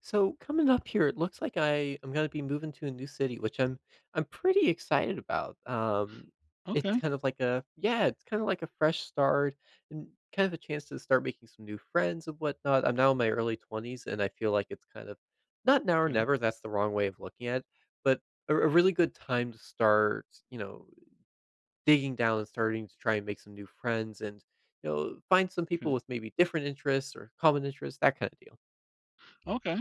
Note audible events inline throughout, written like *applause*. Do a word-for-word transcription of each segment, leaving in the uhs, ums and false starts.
So coming up here, it looks like I am gonna be moving to a new city, which I'm I'm pretty excited about. Um, it's Okay, kind of like a yeah, it's kind of like a fresh start and kind of a chance to start making some new friends and whatnot. I'm now in my early twenties, and I feel like it's kind of not now or okay. never. That's the wrong way of looking at it, but a, a really good Sure. time to start, you know, digging down and starting to try and make some new friends and you know find some people Okay, with maybe different interests or common interests, that kind of deal. okay.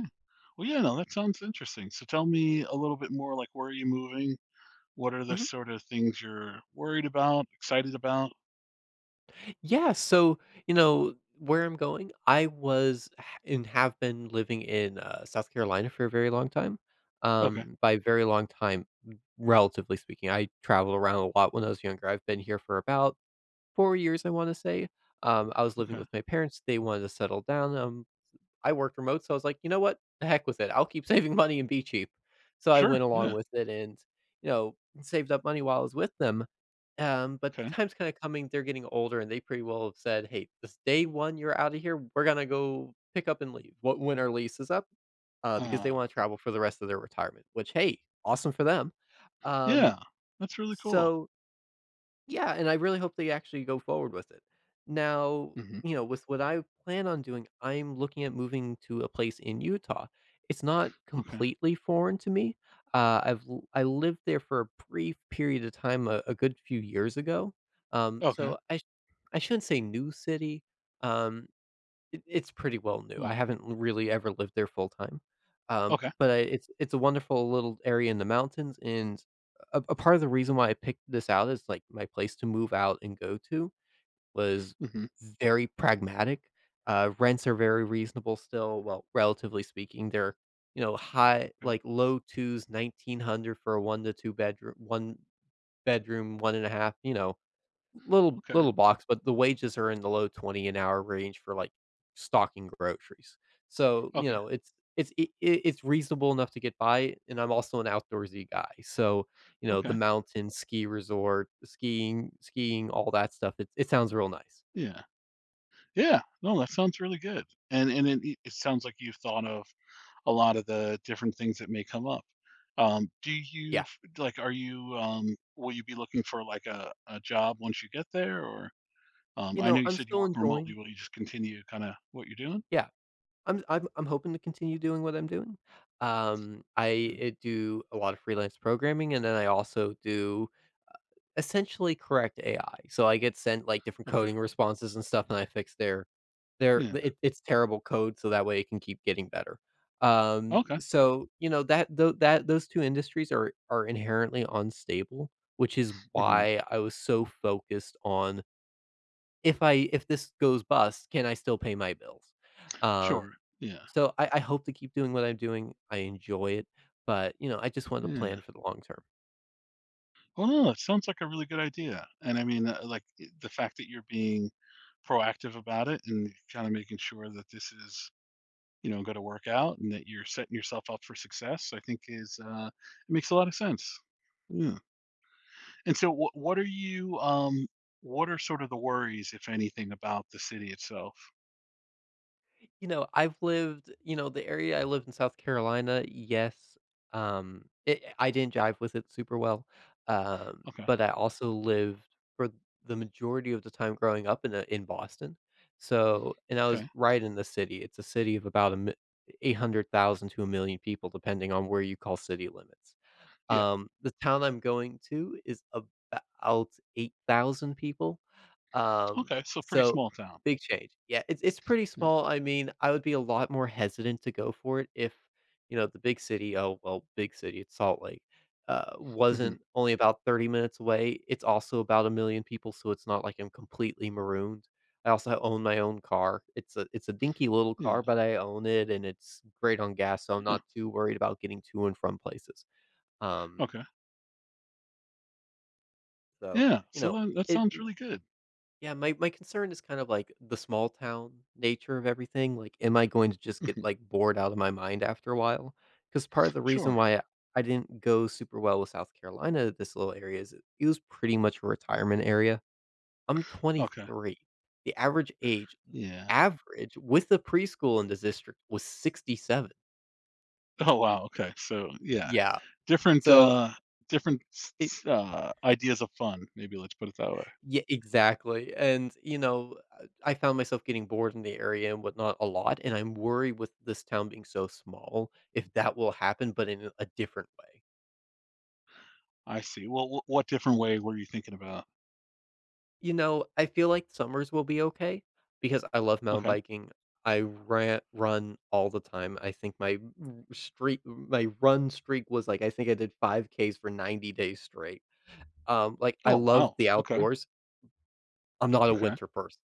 Well, yeah, no, that sounds interesting. So tell me a little bit more, like where are you moving? What are the sort of things you're worried about, excited about? Yeah, so, you know, where I'm going, I was ha- and have been living in uh, South Carolina for a very long time. Okay, Um, by very long time, relatively speaking, I traveled around a lot when I was younger. I've been here for about four years, I want to say. Um, I was living okay, with my parents. They wanted to settle down. um, I worked remote, so I was like, "You know what? The heck with it. I'll keep *laughs* saving money and be cheap." So I went sure, along yeah, with it and, you know, saved up money while I was with them. Um, but the okay. time's kinda coming, they're getting older, and they pretty well have said, "Hey, this day one you're out of here, we're gonna go pick up and leave What when our lease is up." Uh, because Uh, they wanna travel for the rest of their retirement, which, hey, awesome for them. Um, yeah, that's really cool. so yeah, and I really hope they actually go forward with it. Now, Hmm. you know, with what I plan on doing, I'm looking at moving to a place in Utah. It's not Okay, completely foreign to me. Uh, I've l- I lived there for a brief period of time, a, a good few years ago. Um, okay, so I sh- I shouldn't say new city. Um, it it's pretty well new. I well, haven't really ever lived there full time, um, okay, but I it's it's a wonderful little area in the mountains, and a a part of the reason why I picked this out as, like, my place to move out and go to was hmm, very pragmatic. Uh, rents are very reasonable still, well, relatively speaking. They're, you know, high okay, like, low twos, nineteen hundred for a one to two bedroom one bedroom, one and a half, you know Little okay, little box, but the wages are in the low twenty an hour range for, like, stocking groceries. So, you okay, know, it's it's it it it's reasonable enough to get by, and I'm also an outdoorsy guy. So, you know, the okay. mountain, ski resort, skiing skiing, all that stuff, it it sounds real nice. Yeah, yeah. No, that sounds really good. And and it, it sounds like you've thought of a lot of the different things that may come up. Um, do you Yeah. like, are you, um, will you be looking for like a, a job once you get there? Or um, You I know know, you I'm said you still work remotely. enjoying Will you just continue kind of what you're doing? Yeah. I'm I'm I'm hoping to continue doing what I'm doing. Um, I, Mm. eh, do a lot of freelance programming, and then I also do essentially correct A I. So I get sent, like, different Okay. coding responses and stuff, and I fix their their Yeah. it it's terrible code, so that way it can keep getting better. Um, Okay. so, you know, that tho that those two industries are are inherently unstable, which is Hmm. why I was so focused on, "If I if this goes bust, can I still pay my bills?" Sure. Um, Yeah. so I I hope to keep doing what I'm doing. I enjoy it, but, you know, I just wanted to plan Yeah. for the long term. Well, no, it sounds like a really good idea. And I mean, uh, like i- the fact that you're being proactive about it and kind of making sure that this is you know, got to work out and that you're setting yourself up for success, I think is uh, it makes a lot of sense. Yeah. And so, what what are you? Um, what are sort of the worries, if anything, about the city itself? You know, I've lived you know, the area I lived in South Carolina, yes, um, it eh, I didn't jive with it super well, um, Okay. but I also lived for the majority of the time growing up in a in Boston, so and I was Okay. right in the city. It's a city of about a eight hundred thousand to one million people depending on where you call city limits. Yeah. Um, the town I'm going to is about eight thousand people. Um, Okay. So pretty so small town. big change. Yeah, it's it's pretty Yeah. small. I mean, I would be a lot more hesitant to go for it if, you know, the big city oh, well, big city, it's Salt Lake, uh, Hmm. wasn't only about thirty minutes away. It's also about a million people, so it's not like I'm completely marooned. I also own my own car. It's a it's a dinky little car, Yeah. but I own it and it's great on gas, so I'm Yeah. not too worried about getting to and from places. Um, Okay. so, Yeah. you So know, then that it sounds really good. Yeah, my my concern is kind of like the small town nature of everything. Like, am I going to just get Mhm. like bored out of my mind after a while? Because part of the reason Sure. why I didn't go super well with South Carolina, this little area, is it, it was pretty much a retirement area. I'm Okay. twenty-three. The average age, Yeah. average with the preschool in this district was sixty-seven. Oh wow. Okay. So yeah, Yeah. different So uh different s- it, s- uh ideas of fun. Maybe let's put it that way. Yeah, exactly, and, you know, uh, I found myself getting bored in the area and whatnot a lot, and I'm worried with this town being so small if that will happen, but in a different way. I see. Well, wh- what different way were you thinking about? You know, I feel like summers will be okay because I love mountain Okay. biking. I ran run all the time. I think my r streak my run streak was, like I think I did five Ks for ninety days straight. Um, like, I Oh, love wow. the Okay. outdoors. I'm not a Okay. winter person.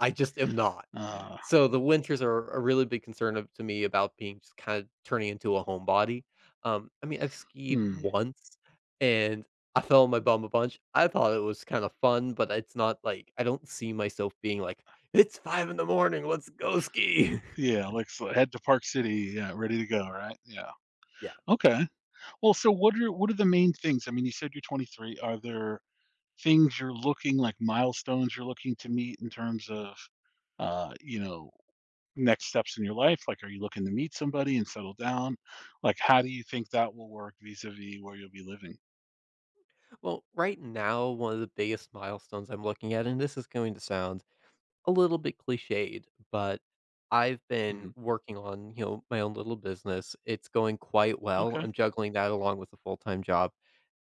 I just am not. Uh, So the winters are a really big concern of to me about being just kind of turning into a homebody. Um, I mean, I've skied hmm. once and I fell on my bum a bunch. I thought it was kind of fun, but it's not like I don't see myself being like, it's five in the morning, let's go ski. Yeah, like so head to Park City. Yeah, ready to go. Right. Yeah. *laughs* Yeah. Okay. Well, so what are what are the main things? I mean, you said you're twenty-three. Are there things you're looking like milestones you're looking to meet in terms of, uh, you know, next steps in your life? Like, are you looking to meet somebody and settle down? Like, how do you think that will work vis-a-vis where you'll be living? Well, right now, one of the biggest milestones I'm looking at, and this is going to sound a little bit cliched, but I've been Hmm. working on, you know, my own little business. It's going quite well. Okay. I'm juggling that along with a full-time job.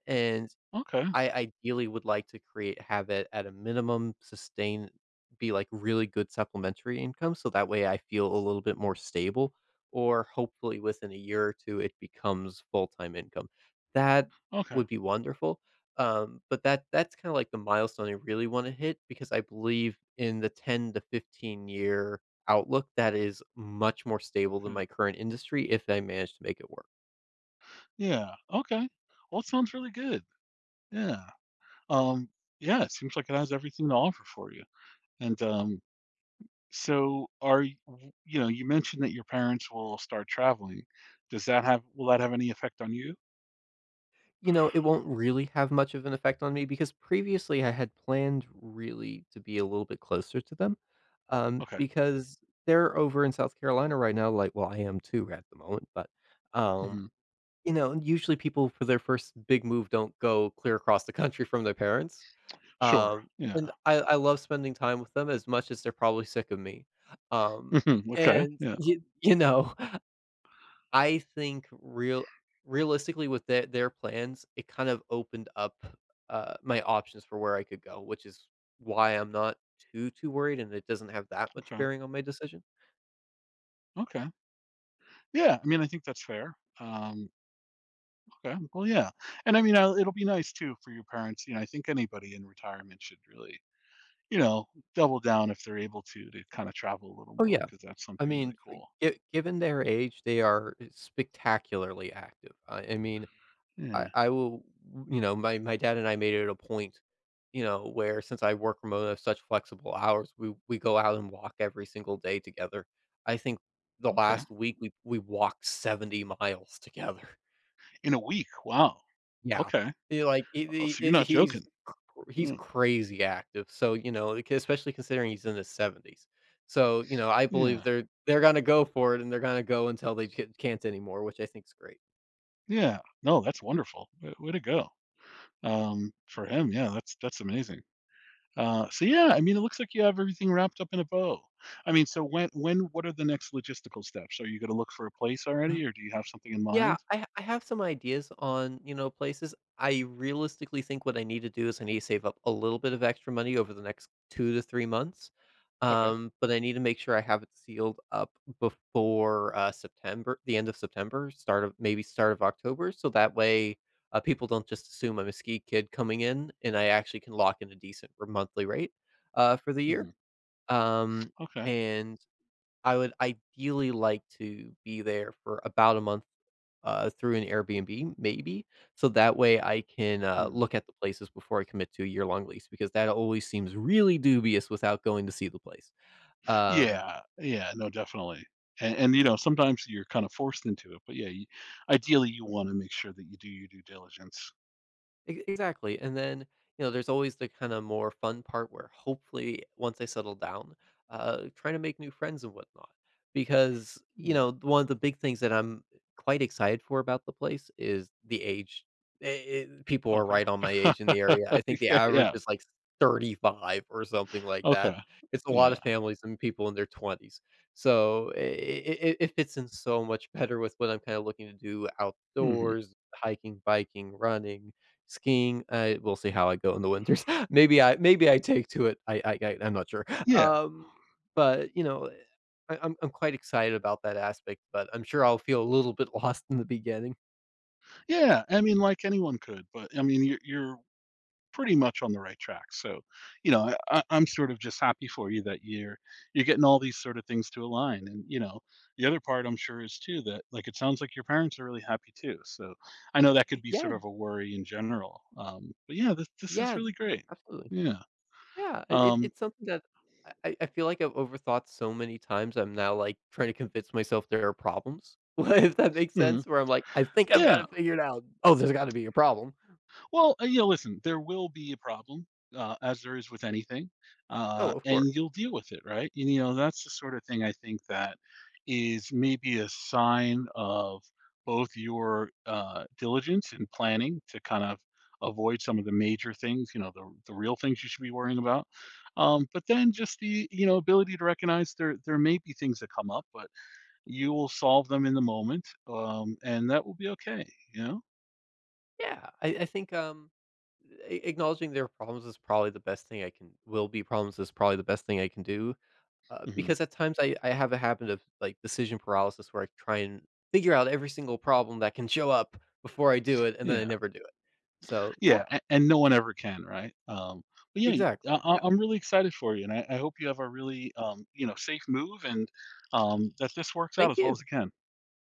And Okay. I ideally would like to create have it at a minimum sustain be, like, really good supplementary income, so that way I feel a little bit more stable, or hopefully within a year or two, it becomes full-time income. That Okay. would be wonderful, um, but that that's kinda like the milestone I really wanna hit because I believe in the ten to fifteen year outlook that is much more stable than Yeah. my current industry if I manage to make it work. Yeah, okay. Well, it sounds really good. Yeah. Um, yeah, it seems like it has everything to offer for you. And um, so are you, you know, you mentioned that your parents will start traveling. Does that have will that have any effect on you? You know, it won't really have much of an effect on me because previously I had planned really to be a little bit closer to them, um, Okay. because they're over in South Carolina right now, like, well, I am too at the moment, but, um, Hmm. you know, usually people for their first big move don't go clear across the country from their parents, Sure. um, Yeah. and I I love spending time with them as much as they're probably sick of me, um, Hmm. Okay. and Yeah. you you know? I think real realistically with their their plans, it kind of opened up, uh, my options for where I could go, which is why I'm not too, too worried, and it doesn't have that much Okay. bearing on my decision. Okay. Yeah. I mean, I think that's fair. Um, okay. Well, yeah. And I mean, I, it'll be nice too for your parents. You know, I think anybody in retirement should really you know, double down if they're able to to kind of travel a little Oh, more yeah. because that's I something really mean, for cool. gi given their age, they are spectacularly active. I I mean Yeah. I I will you know, my my dad and I made it a point, you know, where since I work remote, I have such flexible hours, we we go out and walk every single day together. I think the Okay. last week we we walked seventy miles together. *laughs* In a week. Wow. Yeah. Okay. you like, he Oh, so you're he he not he's joking. cr he's Mm. crazy active, so, you know, like, especially considering he's in his seventies. So, you know, I believe Yeah. they're they're gonna go for it, and they're gonna go until they ca can't anymore, which I think is great. Yeah. No, that's wonderful. Way, way to go. Um, for him, yeah, that's that's amazing. Uh, so yeah, I mean, it looks like you have everything wrapped up in a bow. I mean, so when when what are the next logistical steps? Are you going to look for a place already, or do you have something in Yeah, mind? I I have some ideas on, you know, places. I realistically think what I need to do is I need to save up a little bit of extra money over the next two to three months, Okay. um, but I need to make sure I have it sealed up before, uh, September the end of September, start of maybe start of October, so that way, uh, people don't just assume I'm a ski kid coming in, and I actually can lock in a decent r monthly rate, uh, for the year, Hmm. um, Okay. and I would ideally like to be there for about a month uh, through an Airbnb, maybe. So that way I can uh, Hmm. look at the places before I commit to a year long lease because that always seems really dubious without going to see the place. Um, Yeah, yeah, no, definitely. And and, you know, sometimes you're kind of forced into it, but yeah, you ideally, you wanna make sure that you do your due diligence. E exactly, and then, you know, there's always the kinda more fun part where hopefully once I settle down, uh, trying to make new friends and whatnot, because, you Mm, know, one of the big things that I'm quite excited for about the place is the age. I I People are okay. right on my age in the area. I think *laughs* the Yeah, average yeah, is, like, thirty-five or something like that. okay. It's a lot Yeah, of families and people in their twenties. So I I it fits in so much better with what I'm kinda looking to do mhm. outdoors, hiking, biking, running. Skiing, uh, we'll see how I go in the winters. *laughs* Maybe I maybe I take to it. I I I I'm not sure. Yeah, Um, but, you know, I I'm I'm quite excited about that aspect, but I'm sure I'll feel a little bit *laughs* lost in the beginning. yeah, I mean, like anyone could, but, I mean, you're you're pretty much on the right track. So, you know, I, I, I'm sort of just happy for you that you're you're getting all these sort of things to align. And you know, the other part I'm sure is too that like it sounds like your parents are really happy too. So I know that could be Yeah, sort of a worry in general. Um, but yeah, this this is yeah, really great. absolutely. Yeah. Yeah, it it Um, it's something that I I I feel like I've overthought so many times, I'm now, like, trying to convince myself there are problems, *laughs* if that makes mhm. sense, where I'm like, "I think I've got Yeah. it figured out. Oh, there's gotta be a problem. Well, uh, yeah, listen, there will be a problem, uh, as there is with anything, Oh, uh, of and course." you'll deal with it, right? And, you know, that's the sort of thing I think that is maybe a sign of both your uh, diligence and planning to kind of avoid some of the major things, you know, the, the real things you should be worrying about. Um, but then just the, you know, ability to recognize there there may be things that come up, but you will solve them in the moment, um, and that will be okay, you know? Yeah, I I think, um, a acknowledging their problems is probably the best thing I can will be problems is probably the best thing I can do, uh, Hmm. because at times I I have a habit of, like, decision paralysis where I try and figure out every single problem that can show up before I do it, and then I Yeah. never do it. So, yeah, Yeah, a and no one ever can, right? Um, but yeah, I exactly. I Yeah. I'm really excited for you, and I I hope you have a really, um, you know, safe move and, um, that this works out Thank as well you. as it can.